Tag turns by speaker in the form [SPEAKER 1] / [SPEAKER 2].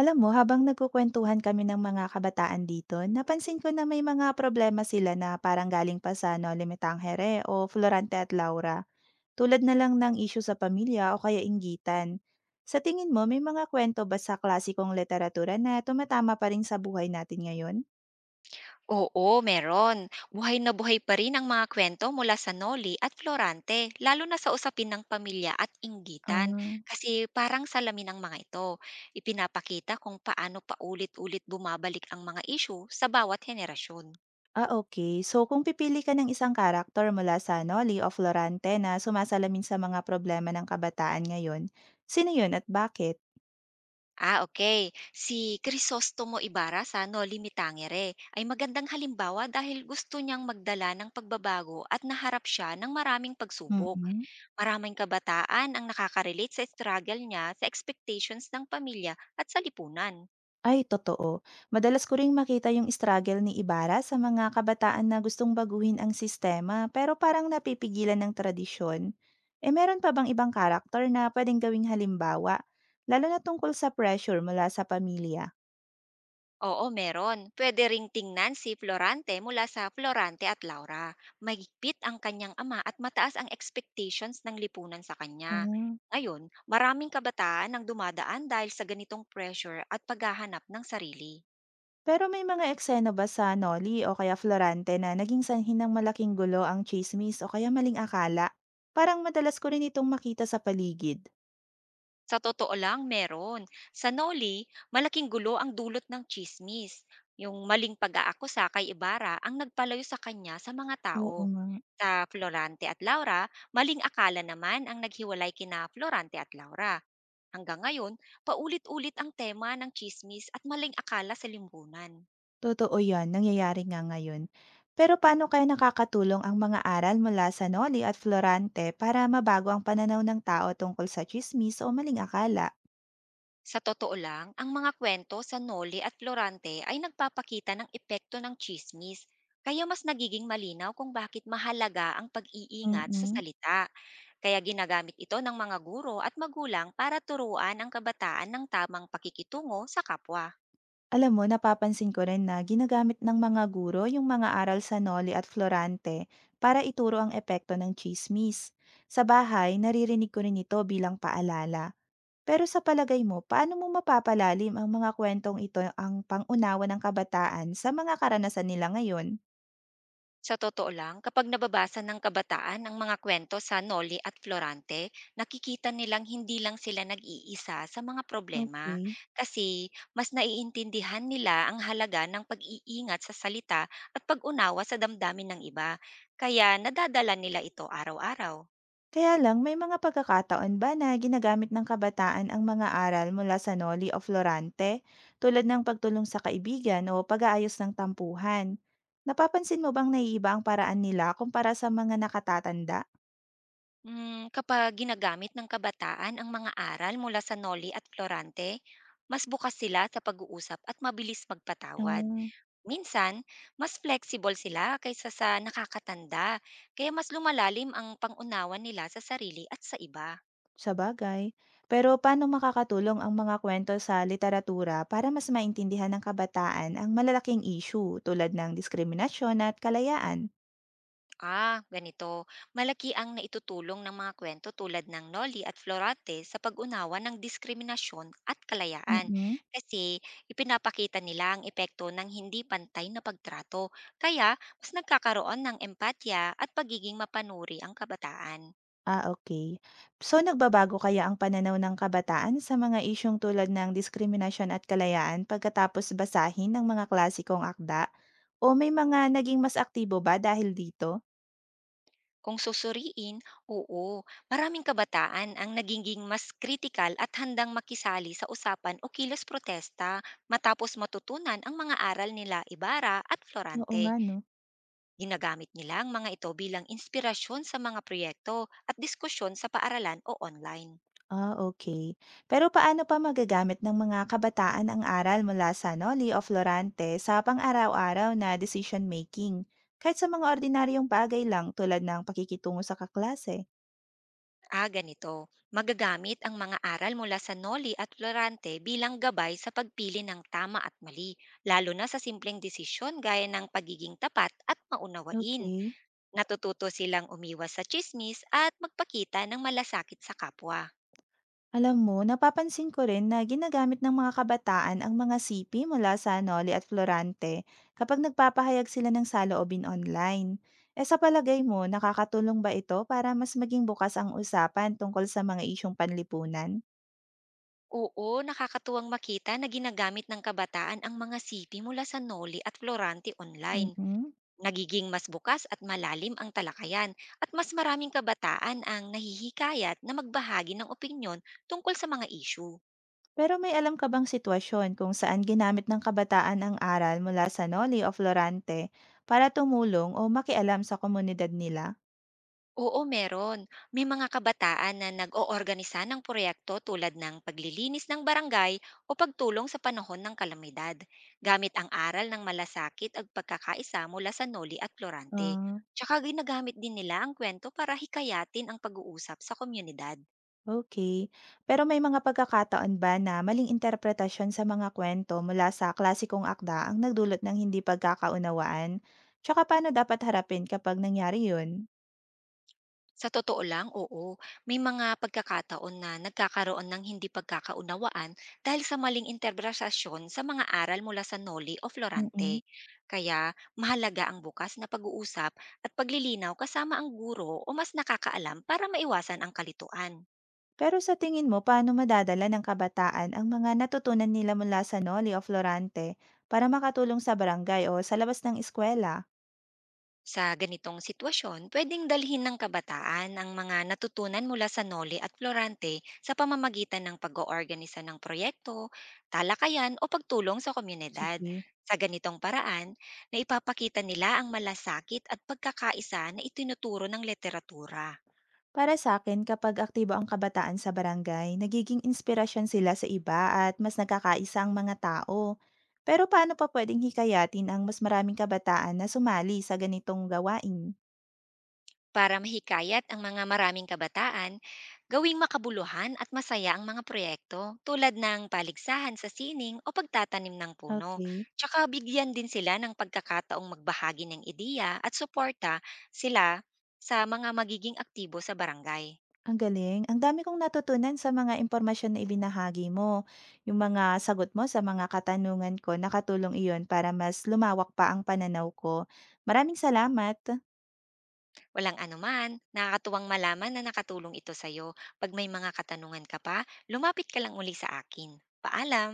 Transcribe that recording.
[SPEAKER 1] Alam mo, habang nagkukwentuhan kami ng mga kabataan dito, napansin ko na may mga problema sila na parang galing pa sa Noli Me Tangere o Florante at Laura, tulad na lang ng isyu sa pamilya o kaya inggitan. Sa tingin mo, may mga kwento ba sa klasikong literatura na tumatama pa rin sa buhay natin ngayon?
[SPEAKER 2] Oo, meron. Buhay na buhay pa rin ang mga kwento mula sa Noli at Florante, lalo na sa usapin ng pamilya at inggitan,
[SPEAKER 1] Ah,
[SPEAKER 2] kasi parang salamin ang mga ito. Ipinapakita kung paano paulit-ulit bumabalik ang mga issue sa bawat henerasyon.
[SPEAKER 1] ah, okay. So kung pipili ka ng isang karakter mula sa Noli o Florante na sumasalamin sa mga problema ng kabataan ngayon, sino yun at bakit?
[SPEAKER 2] Ah, okay. Si Crisostomo Ibarra sa Noli Me Tangere ay magandang halimbawa dahil gusto niyang magdala ng pagbabago at naharap siya ng maraming pagsubok.
[SPEAKER 1] Mm-mm.
[SPEAKER 2] Maraming kabataan ang nakakarelate sa struggle niya sa expectations ng pamilya at sa lipunan.
[SPEAKER 1] Ay totoo. Madalas ko ring makita yung struggle ni Ibarra sa mga kabataan na gustong baguhin ang sistema pero parang napipigilan ng tradisyon. Eh meron pa bang ibang karakter na pwedeng gawing halimbawa? Lalo na tungkol sa pressure mula sa pamilya.
[SPEAKER 2] Oo, meron. Pwede ring tingnan si Florante mula sa Florante at Laura. Mahigpit ang kanyang ama at mataas ang expectations ng lipunan sa kanya.
[SPEAKER 1] Ah.
[SPEAKER 2] Ngayon, maraming kabataan ang dumadaan dahil sa ganitong pressure at paghahanap ng sarili.
[SPEAKER 1] Pero may mga eksena ba sa Noli o kaya Florante na naging sanhin ng malaking gulo ang chismis o kaya maling akala? Parang madalas ko rin itong makita sa paligid.
[SPEAKER 2] Sa totoo lang, meron. Sa Noli, malaking gulo ang dulot ng tsismis. Yung maling pag-aakusa kay Ibarra ang nagpalayo sa kanya sa mga tao.
[SPEAKER 1] Oo nga.
[SPEAKER 2] Sa Florante at Laura, maling akala naman ang naghiwalay kina Florante at Laura. Hanggang ngayon, paulit-ulit ang tema ng tsismis at maling akala sa limbunan.
[SPEAKER 1] Totoo 'yan, nangyayari nga ngayon. Pero paano kaya nakakatulong ang mga aral mula sa Noli at Florante para mabago ang pananaw ng tao tungkol sa tsismis o maling akala?
[SPEAKER 2] Sa totoo lang, ang mga kwento sa Noli at Florante ay nagpapakita ng epekto ng chismis, kaya mas nagiging malinaw kung bakit mahalaga ang pag-iingat sa
[SPEAKER 1] Mm.
[SPEAKER 2] salita. Kaya ginagamit ito ng mga guro at magulang para turuan ang kabataan ng tamang pakikitungo sa kapwa.
[SPEAKER 1] Alam mo, napapansin ko rin na ginagamit ng mga guro yung mga aral sa Noli at Florante para ituro ang epekto ng tsismis. Sa bahay, naririnig ko rin ito bilang paalala. Pero sa palagay mo, paano mo mapapalalim ang mga kwentong ito ang pangunawa ng kabataan sa mga karanasan nila ngayon?
[SPEAKER 2] Sa totoo lang, kapag nababasa ng kabataan ang mga kwento sa Noli at Florante, nakikita nilang hindi lang sila nag-iisa sa mga problema,
[SPEAKER 1] Okay,
[SPEAKER 2] kasi mas naiintindihan nila ang halaga ng pag-iingat sa salita at pag-unawa sa damdamin ng iba, kaya nadadala nila ito araw-araw.
[SPEAKER 1] kaya lang may mga pagkakataon ba na ginagamit ng kabataan ang mga aral mula sa Noli o Florante, tulad ng pagtulong sa kaibigan o pag-aayos ng tampuhan? Napapansin mo bang naiiba ang paraan nila kumpara sa mga nakatatanda?
[SPEAKER 2] Mm, kapag ginagamit ng kabataan ang mga aral mula sa Noli at Florante, mas bukas sila sa pag-uusap at mabilis magpatawad.
[SPEAKER 1] Mm.
[SPEAKER 2] Minsan, mas flexible sila kaysa sa nakakatanda, kaya mas lumalalim ang pang nila sa sarili at sa iba.
[SPEAKER 1] Sa bagay. Pero paano makakatulong ang mga kwento sa literatura para mas maintindihan ng kabataan ang malalaking issue tulad ng diskriminasyon at kalayaan?
[SPEAKER 2] Ah, ganito. Malaki ang naitutulong ng mga kwento tulad ng Noli at Florate sa pag-unawa ng diskriminasyon at kalayaan,
[SPEAKER 1] Mm.
[SPEAKER 2] kasi ipinapakita nila ang epekto ng hindi pantay na pagtrato. Kaya, mas nagkakaroon ng empatya at pagiging mapanuri ang kabataan.
[SPEAKER 1] Ah, okay. So, nagbabago kaya ang pananaw ng kabataan sa mga isyung tulad ng diskriminasyon at kalayaan pagkatapos basahin ng mga klasikong akda? O may mga naging mas aktibo ba dahil dito?
[SPEAKER 2] Kung susuriin, oo, maraming kabataan ang nagiging mas kritikal at handang makisali sa usapan o kilos protesta matapos matutunan ang mga aral nila Ibarra at
[SPEAKER 1] Oo
[SPEAKER 2] Florante.
[SPEAKER 1] nga 'no.
[SPEAKER 2] Ginagamit nila ang mga ito bilang inspirasyon sa mga proyekto at diskusyon sa paaralan o online.
[SPEAKER 1] Ah, okay. Pero paano pa magagamit ng mga kabataan ang aral mula sa Noli o Florante sa pang-araw-araw na decision-making? Kahit sa mga ordinaryong bagay lang tulad ng pakikitungo sa kaklase?
[SPEAKER 2] Ah, ganito. Magagamit ang mga aral mula sa Noli at Florante bilang gabay sa pagpili ng tama at mali, lalo na sa simpleng desisyon gaya ng pagiging tapat at maunawain.
[SPEAKER 1] Okay.
[SPEAKER 2] Natututo silang umiwas sa chismis at magpakita ng malasakit sa kapwa.
[SPEAKER 1] Alam mo, napapansin ko rin na ginagamit ng mga kabataan ang mga sipi mula sa Noli at Florante kapag nagpapahayag sila ng saloobin online. E sa palagay mo, nakakatulong ba ito para mas maging bukas ang usapan tungkol sa mga isyong panlipunan?
[SPEAKER 2] Oo, nakakatuwang makita na ginagamit ng kabataan ang mga sipi mula sa Noli at Florante online.
[SPEAKER 1] Mm.
[SPEAKER 2] Nagiging mas bukas at malalim ang talakayan at mas maraming kabataan ang nahihikayat na magbahagi ng opinyon tungkol sa mga issue.
[SPEAKER 1] Pero may alam ka bang sitwasyon kung saan ginamit ng kabataan ang aral mula sa Noli o Florante para tumulong o makialam sa komunidad nila?
[SPEAKER 2] Oo, meron. May mga kabataan na nag-oorganisa ng proyekto tulad ng paglilinis ng barangay o pagtulong sa panahon ng kalamidad, gamit ang aral ng malasakit at pagkakaisa mula sa Noli at Florante.
[SPEAKER 1] Ah.
[SPEAKER 2] Tsaka ginagamit din nila ang kwento para hikayatin ang pag-uusap sa komunidad.
[SPEAKER 1] Okay. Pero may mga pagkakataon ba na maling interpretasyon sa mga kwento, mula sa klasikong akda ang nagdulot ng hindi pagkakaunawaan? Tsaka paano dapat harapin kapag nangyari yun?
[SPEAKER 2] Sa totoo lang, oo. May mga pagkakataon na nagkakaroon ng hindi pagkakaunawaan dahil sa maling interpretasyon sa mga aral mula sa Noli o Florante.
[SPEAKER 1] Mm.
[SPEAKER 2] Kaya mahalaga ang bukas na pag-uusap at paglilinaw kasama ang guro o mas nakakaalam para maiwasan ang kalituan.
[SPEAKER 1] Pero sa tingin mo paano madadala ng kabataan ang mga natutunan nila mula sa Noli o Florante para makatulong sa barangay o sa labas ng eskuwela?
[SPEAKER 2] Sa ganitong sitwasyon, pwedeng dalhin ng kabataan ang mga natutunan mula sa Noli at Florante sa pamamagitan ng pag-oorganisa ng proyekto, talakayan o pagtulong sa komunidad.
[SPEAKER 1] Sige.
[SPEAKER 2] Sa ganitong paraan, na ipapakita nila ang malasakit at pagkakaisa na itinuturo ng literatura.
[SPEAKER 1] Para sa akin, kapag aktibo ang kabataan sa barangay, nagiging inspirasyon sila sa iba at mas nagkakaisa ang mga tao. Pero paano pa pwedeng hikayatin ang mas maraming kabataan na sumali sa ganitong gawain?
[SPEAKER 2] Para mahikayat ang mga maraming kabataan, gawing makabuluhan at masaya ang mga proyekto tulad ng paligsahan sa sining o pagtatanim ng puno.
[SPEAKER 1] Okay,
[SPEAKER 2] Tsaka bigyan din sila ng pagkakataong magbahagi ng ideya at suporta sila sa mga magiging aktibo sa barangay.
[SPEAKER 1] ang galing. Ang dami kong natutunan sa mga impormasyon na ibinahagi mo. Yung mga sagot mo sa mga katanungan ko, nakatulong iyon para mas lumawak pa ang pananaw ko. Maraming salamat.
[SPEAKER 2] Walang anuman, nakakatuwang malaman na nakatulong ito sa'yo. Pag may mga katanungan ka pa, lumapit ka lang uli sa akin. Paalam!